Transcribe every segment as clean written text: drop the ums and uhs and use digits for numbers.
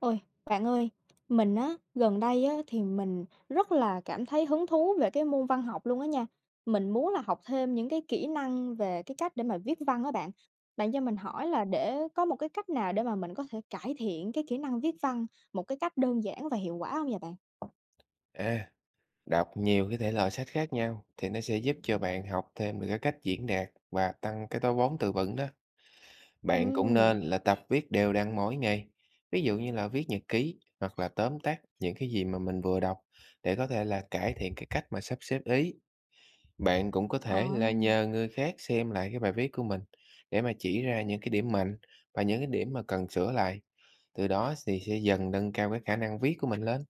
Ôi, bạn ơi, mình á, gần đây á, thì mình rất là cảm thấy hứng thú về cái môn văn học luôn á nha. Mình muốn là học thêm những cái kỹ năng về cái cách để mà viết văn á bạn. Bạn cho mình hỏi là để có một cái cách nào để mà mình có thể cải thiện cái kỹ năng viết văn một cái cách đơn giản và hiệu quả không vậy bạn? À, đọc nhiều cái thể loại sách khác nhau thì nó sẽ giúp cho bạn học thêm được cái cách diễn đạt và tăng cái táo vốn từ vựng đó. Bạn cũng Ừm, nên là tập viết đều đặn mỗi ngày. Ví dụ như là viết nhật ký hoặc là tóm tắt những cái gì mà mình vừa đọc để có thể là cải thiện cái cách mà sắp xếp ý. Bạn cũng có thể là à. nhờ người khác xem lại cái bài viết của mình để mà chỉ ra những cái điểm mạnh và những cái điểm mà cần sửa lại. Từ đó thì sẽ dần nâng cao cái khả năng viết của mình lên.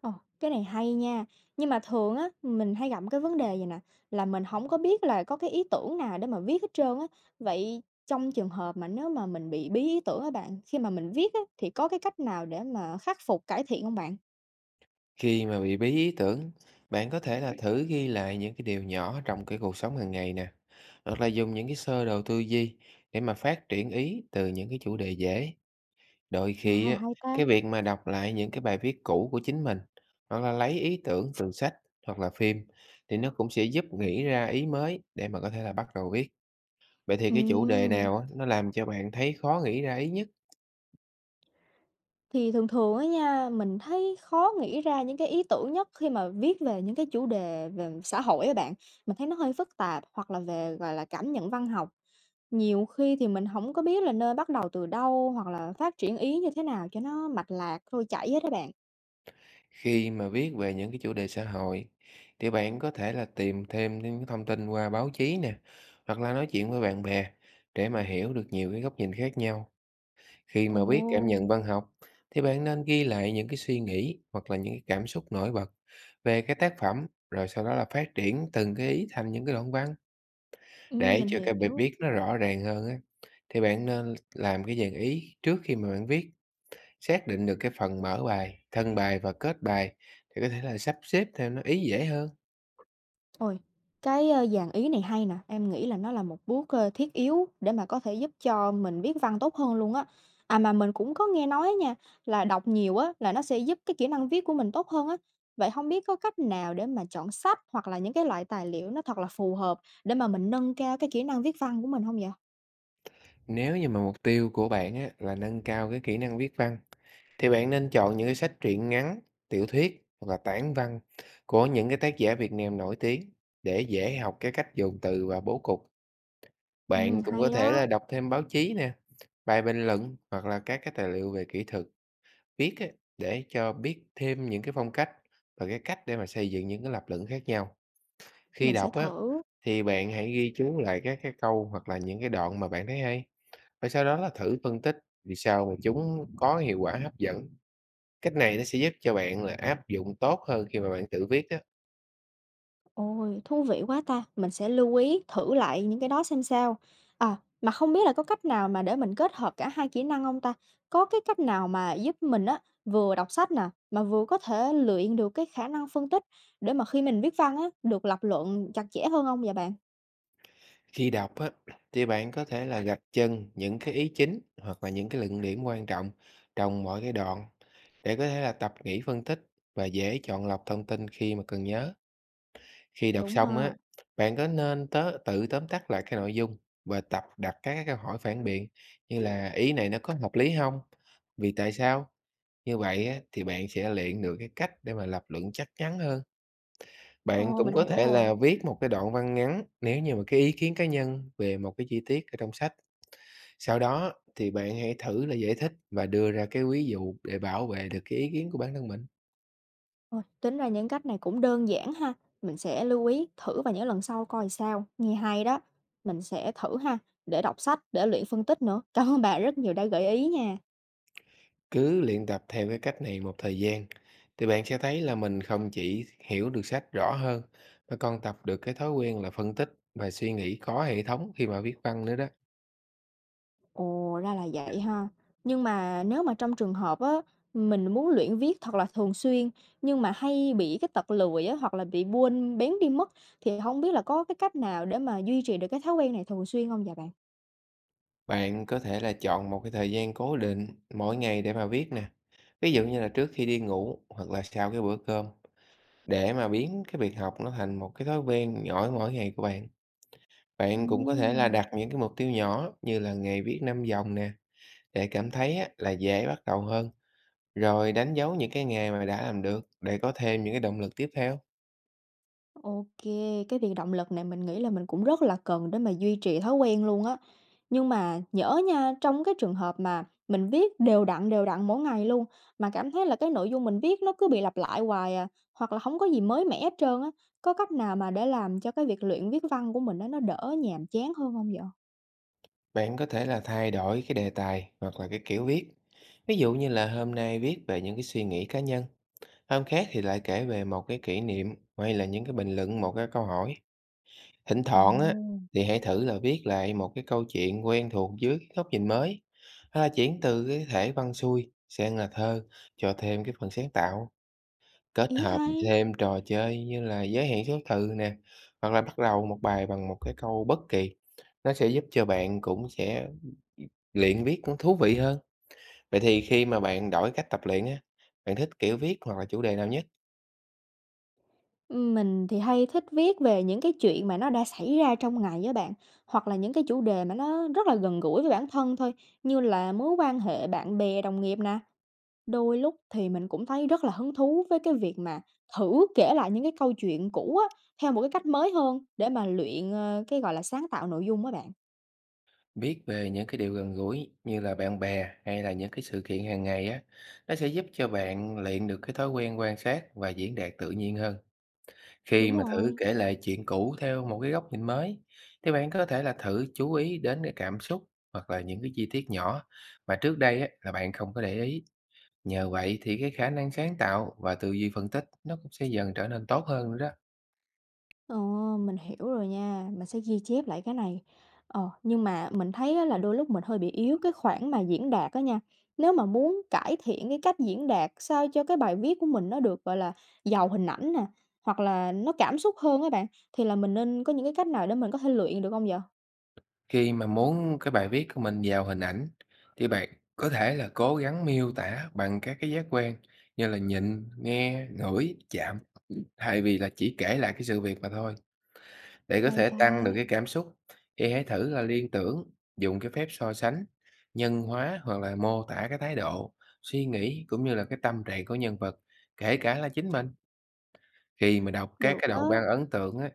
Ồ, cái này hay nha. Nhưng mà thường á, mình hay gặp cái vấn đề vậy nè, là mình không có biết là có cái ý tưởng nào để mà viết hết trơn á. Vậy trong trường hợp mà nếu mà mình bị bí ý tưởng á bạn, khi mà mình viết á, thì có cái cách nào để mà khắc phục, cải thiện không bạn? Khi mà bị bí ý tưởng, bạn có thể là thử ghi lại những cái điều nhỏ trong cái cuộc sống hàng ngày nè, hoặc là dùng những cái sơ đồ tư duy để mà phát triển ý từ những cái chủ đề dễ. Đôi À, khi á, hay ta. cái việc mà đọc lại những cái bài viết cũ của chính mình, hoặc là lấy ý tưởng từ sách hoặc là phim, thì nó cũng sẽ giúp nghĩ ra ý mới để mà có thể là bắt đầu viết. Vậy thì cái chủ đề Ừm. nào á, nó làm cho bạn thấy khó nghĩ ra ý nhất? Thì thường thường á nha, mình thấy khó nghĩ ra những cái ý tưởng nhất khi mà viết về những cái chủ đề về xã hội á bạn. Mình thấy nó hơi phức tạp hoặc là về, gọi là, cảm nhận văn học. Nhiều khi thì mình không có biết là nên bắt đầu từ đâu hoặc là phát triển ý như thế nào cho nó mạch lạc, trôi chảy hết các bạn. Khi mà viết về những cái chủ đề xã hội thì bạn có thể là tìm thêm những cái thông tin qua báo chí nè, hoặc là nói chuyện với bạn bè để mà hiểu được nhiều cái góc nhìn khác nhau. Khi mà Ồ. viết cảm nhận văn học thì bạn nên ghi lại những cái suy nghĩ hoặc là những cái cảm xúc nổi bật về cái tác phẩm, rồi sau đó là phát triển từng cái ý thành những cái đoạn văn để mình cho cái bài hiểu. viết nó rõ ràng hơn á. Thì bạn nên làm cái dàn ý trước khi mà bạn viết. Xác định được cái phần mở bài, thân bài và kết bài thì có thể là sắp xếp theo nó ý dễ hơn. Ôi, cái dàn ý này hay nè, em nghĩ là nó là một bước thiết yếu để mà có thể giúp cho mình viết văn tốt hơn luôn á. À, mà mình cũng có nghe nói nha, là đọc nhiều á, là nó sẽ giúp cái kỹ năng viết của mình tốt hơn á. Vậy không biết có cách nào để mà chọn sách hoặc là những cái loại tài liệu nó thật là phù hợp để mà mình nâng cao cái kỹ năng viết văn của mình không vậy? Nếu như mà mục tiêu của bạn á, là nâng cao cái kỹ năng viết văn, thì bạn nên chọn những cái sách truyện ngắn, tiểu thuyết hoặc là tản văn của những cái tác giả Việt Nam nổi tiếng để dễ học cái cách dùng từ và bố cục. Bạn cũng có Hay thể đó, là đọc thêm báo chí nè, bài bình luận hoặc là các cái tài liệu về kỹ thuật viết á, để cho biết thêm những cái phong cách và cái cách để mà xây dựng những cái lập luận khác nhau. Khi mình sẽ đọc á, thử. thì bạn hãy ghi chú lại các cái câu hoặc là những cái đoạn mà bạn thấy hay, và sau đó là thử phân tích vì sao mà chúng có hiệu quả hấp dẫn. Cách này nó sẽ giúp cho bạn là áp dụng tốt hơn khi mà bạn tự viết á. Ôi, thú vị quá ta! Mình sẽ lưu ý thử lại những cái đó xem sao. À, mà không biết là có cách nào mà để mình kết hợp cả hai kỹ năng không ta? Có cái cách nào mà giúp mình á, vừa đọc sách nè, mà vừa có thể luyện được cái khả năng phân tích để mà khi mình viết văn á, được lập luận chặt chẽ hơn không vậy bạn? Khi đọc á, thì bạn có thể là gạch chân những cái ý chính hoặc là những cái luận điểm quan trọng trong mỗi cái đoạn để có thể là tập nghĩ phân tích và dễ chọn lọc thông tin khi mà cần nhớ. Khi đọc Đúng xong á, ha. bạn có nên tớ tự tóm tắt lại cái nội dung và tập đặt các câu hỏi phản biện, như là ý này nó có hợp lý không? Vì tại sao? Như vậy á, thì bạn sẽ luyện được cái cách để mà lập luận chắc chắn hơn. Bạn Ồ, cũng mình có hiểu thể rồi. là viết một cái đoạn văn ngắn nếu như mà cái ý kiến cá nhân về một cái chi tiết ở trong sách. Sau đó thì bạn hãy thử là giải thích và đưa ra cái ví dụ để bảo vệ được cái ý kiến của bản thân mình. Ôi, tính ra những cách này cũng đơn giản ha. Mình sẽ lưu ý thử và những lần sau coi sao, nghe hay đó. Mình sẽ thử ha, để đọc sách, để luyện phân tích nữa. Cảm ơn bạn rất nhiều đã gợi ý nha. Cứ luyện tập theo cái cách này một thời gian, thì bạn sẽ thấy là mình không chỉ hiểu được sách rõ hơn, mà còn tập được cái thói quen là phân tích và suy nghĩ có hệ thống khi mà viết văn nữa đó. Ồ, ra là vậy ha. Nhưng mà nếu mà trong trường hợp á, mình muốn luyện viết thật là thường xuyên nhưng mà hay bị cái tật lười á, hoặc là bị quên bén đi mất thì không biết là có cái cách nào để mà duy trì được cái thói quen này thường xuyên không dạ bạn? Bạn có thể là chọn một cái thời gian cố định mỗi ngày để mà viết nè. Ví dụ như là trước khi đi ngủ hoặc là sau cái bữa cơm, để mà biến cái việc học nó thành một cái thói quen nhỏ mỗi ngày của bạn. Bạn cũng có thể là Ừm. đặt những cái mục tiêu nhỏ như là ngày viết 5 dòng nè, để cảm thấy á, là dễ bắt đầu hơn. Rồi đánh dấu những cái nghề mà đã làm được để có thêm những cái động lực tiếp theo. OK, cái việc động lực này mình nghĩ là mình cũng rất là cần để mà duy trì thói quen luôn á. Nhưng mà nhỡ nha, trong cái trường hợp mà mình viết đều đặn mỗi ngày luôn, mà cảm thấy là cái nội dung mình viết nó cứ bị lặp lại hoài à, hoặc là không có gì mới mẻ hết trơn á, có cách nào mà để làm cho cái việc luyện viết văn của mình á, nó đỡ nhàm chán hơn không vậy? Bạn có thể là thay đổi cái đề tài hoặc là cái kiểu viết. Ví dụ như là hôm nay viết về những cái suy nghĩ cá nhân, hôm khác thì lại kể về một cái kỷ niệm hay là những cái bình luận một cái câu hỏi. Thỉnh thoảng á Ồ, thì hãy thử là viết lại một cái câu chuyện quen thuộc dưới cái góc nhìn mới. Hay là chuyển từ cái thể văn xuôi sang là thơ cho thêm cái phần sáng tạo. Kết ý hợp hay! thêm trò chơi như là giới hạn số từ nè, hoặc là bắt đầu một bài bằng một cái câu bất kỳ, nó sẽ giúp cho bạn cũng sẽ luyện viết cũng thú vị hơn. Vậy thì khi mà bạn đổi cách tập luyện á, bạn thích kiểu viết hoặc là chủ đề nào nhất? Mình thì hay thích viết về những cái chuyện mà nó đã xảy ra trong ngày với bạn, hoặc là những cái chủ đề mà nó rất là gần gũi với bản thân thôi, như là mối quan hệ bạn bè, đồng nghiệp nè. Đôi lúc thì mình cũng thấy rất là hứng thú với cái việc mà thử kể lại những cái câu chuyện cũ á, theo một cái cách mới hơn để mà luyện, cái, gọi là, sáng tạo nội dung á bạn. Viết về những cái điều gần gũi như là bạn bè hay là những cái sự kiện hàng ngày á, nó sẽ giúp cho bạn luyện được cái thói quen quan sát và diễn đạt tự nhiên hơn. Khi Đúng mà thử rồi. kể lại chuyện cũ theo một cái góc nhìn mới, thì bạn có thể là thử chú ý đến cái cảm xúc hoặc là những cái chi tiết nhỏ mà trước đây á, là bạn không có để ý. Nhờ vậy thì cái khả năng sáng tạo và tư duy phân tích nó cũng sẽ dần trở nên tốt hơn nữa đó. Ờ, mình hiểu rồi nha, mình sẽ ghi chép lại cái này. Ờ, nhưng mà mình thấy á là đôi lúc mình hơi bị yếu cái khoản mà diễn đạt á nha. Nếu mà muốn cải thiện cái cách diễn đạt sao cho cái bài viết của mình nó được, gọi là, giàu hình ảnh nè, hoặc là nó cảm xúc hơn á bạn, thì là mình nên có những cái cách nào để mình có thể luyện được không vậy? Khi mà muốn cái bài viết của mình vào hình ảnh thì bạn có thể là cố gắng miêu tả bằng các cái giác quan như là nhìn, nghe, ngửi, chạm, thay vì là chỉ kể lại cái sự việc mà thôi. Để có Hay thể tăng được ta, cái cảm xúc, thì hãy thử là liên tưởng, dùng cái phép so sánh, nhân hóa hoặc là mô tả cái thái độ, suy nghĩ cũng như là cái tâm trạng của nhân vật, kể cả là chính mình. Khi mà đọc các được cái á. đoạn văn ấn tượng á,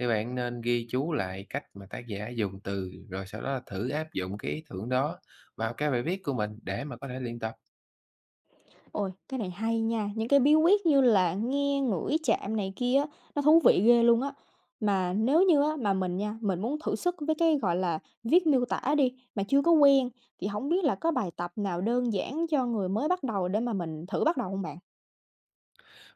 thì bạn nên ghi chú lại cách mà tác giả dùng từ, rồi sau đó là thử áp dụng cái ý tưởng đó vào cái bài viết của mình để mà có thể luyện tập. Ôi, cái này hay nha, những cái bí quyết như là nghe, ngửi, chạm này kia á, nó thú vị ghê luôn á. Mà nếu như á, mà mình nha, mình muốn thử sức với cái, gọi là, viết miêu tả đi, mà chưa có quen, thì không biết là có bài tập nào đơn giản cho người mới bắt đầu để mà mình thử bắt đầu không bạn?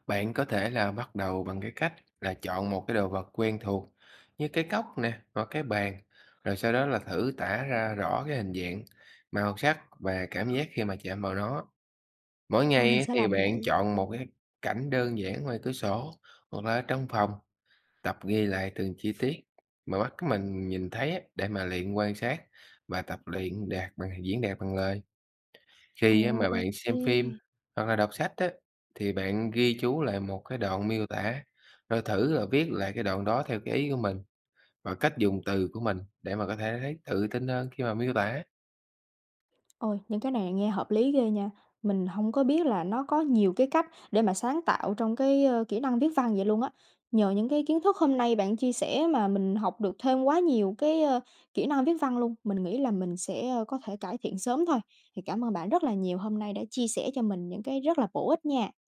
Bạn có thể là bắt đầu bằng cái cách là chọn một cái đồ vật quen thuộc như cái cốc nè hoặc cái bàn, rồi sau đó là thử tả ra rõ cái hình dạng, màu sắc và cảm giác khi mà chạm vào nó. Mỗi Ờ, ngày mình ấy sẽ thì làm bạn vậy. chọn một cái cảnh đơn giản ngoài cửa sổ hoặc là ở trong phòng, tập ghi lại từng chi tiết mà mắt mình nhìn thấy á, để mà luyện quan sát và tập luyện đạt bằng diễn đạt bằng lời. Khi á Ồ, mà ok. bạn xem phim hoặc là đọc sách á, thì bạn ghi chú lại một cái đoạn miêu tả, rồi thử là viết lại cái đoạn đó theo cái ý của mình và cách dùng từ của mình để mà có thể thấy tự tin hơn khi mà miêu tả. Ôi, những cái này nghe hợp lý ghê nha. Mình không có biết là nó có nhiều cái cách để mà sáng tạo trong cái kỹ năng viết văn vậy luôn á. Nhờ những cái kiến thức hôm nay bạn chia sẻ mà mình học được thêm quá nhiều cái kỹ năng viết văn luôn. Mình nghĩ là mình sẽ có thể cải thiện sớm thôi. Thì cảm ơn bạn rất là nhiều hôm nay đã chia sẻ cho mình những cái rất là bổ ích nha.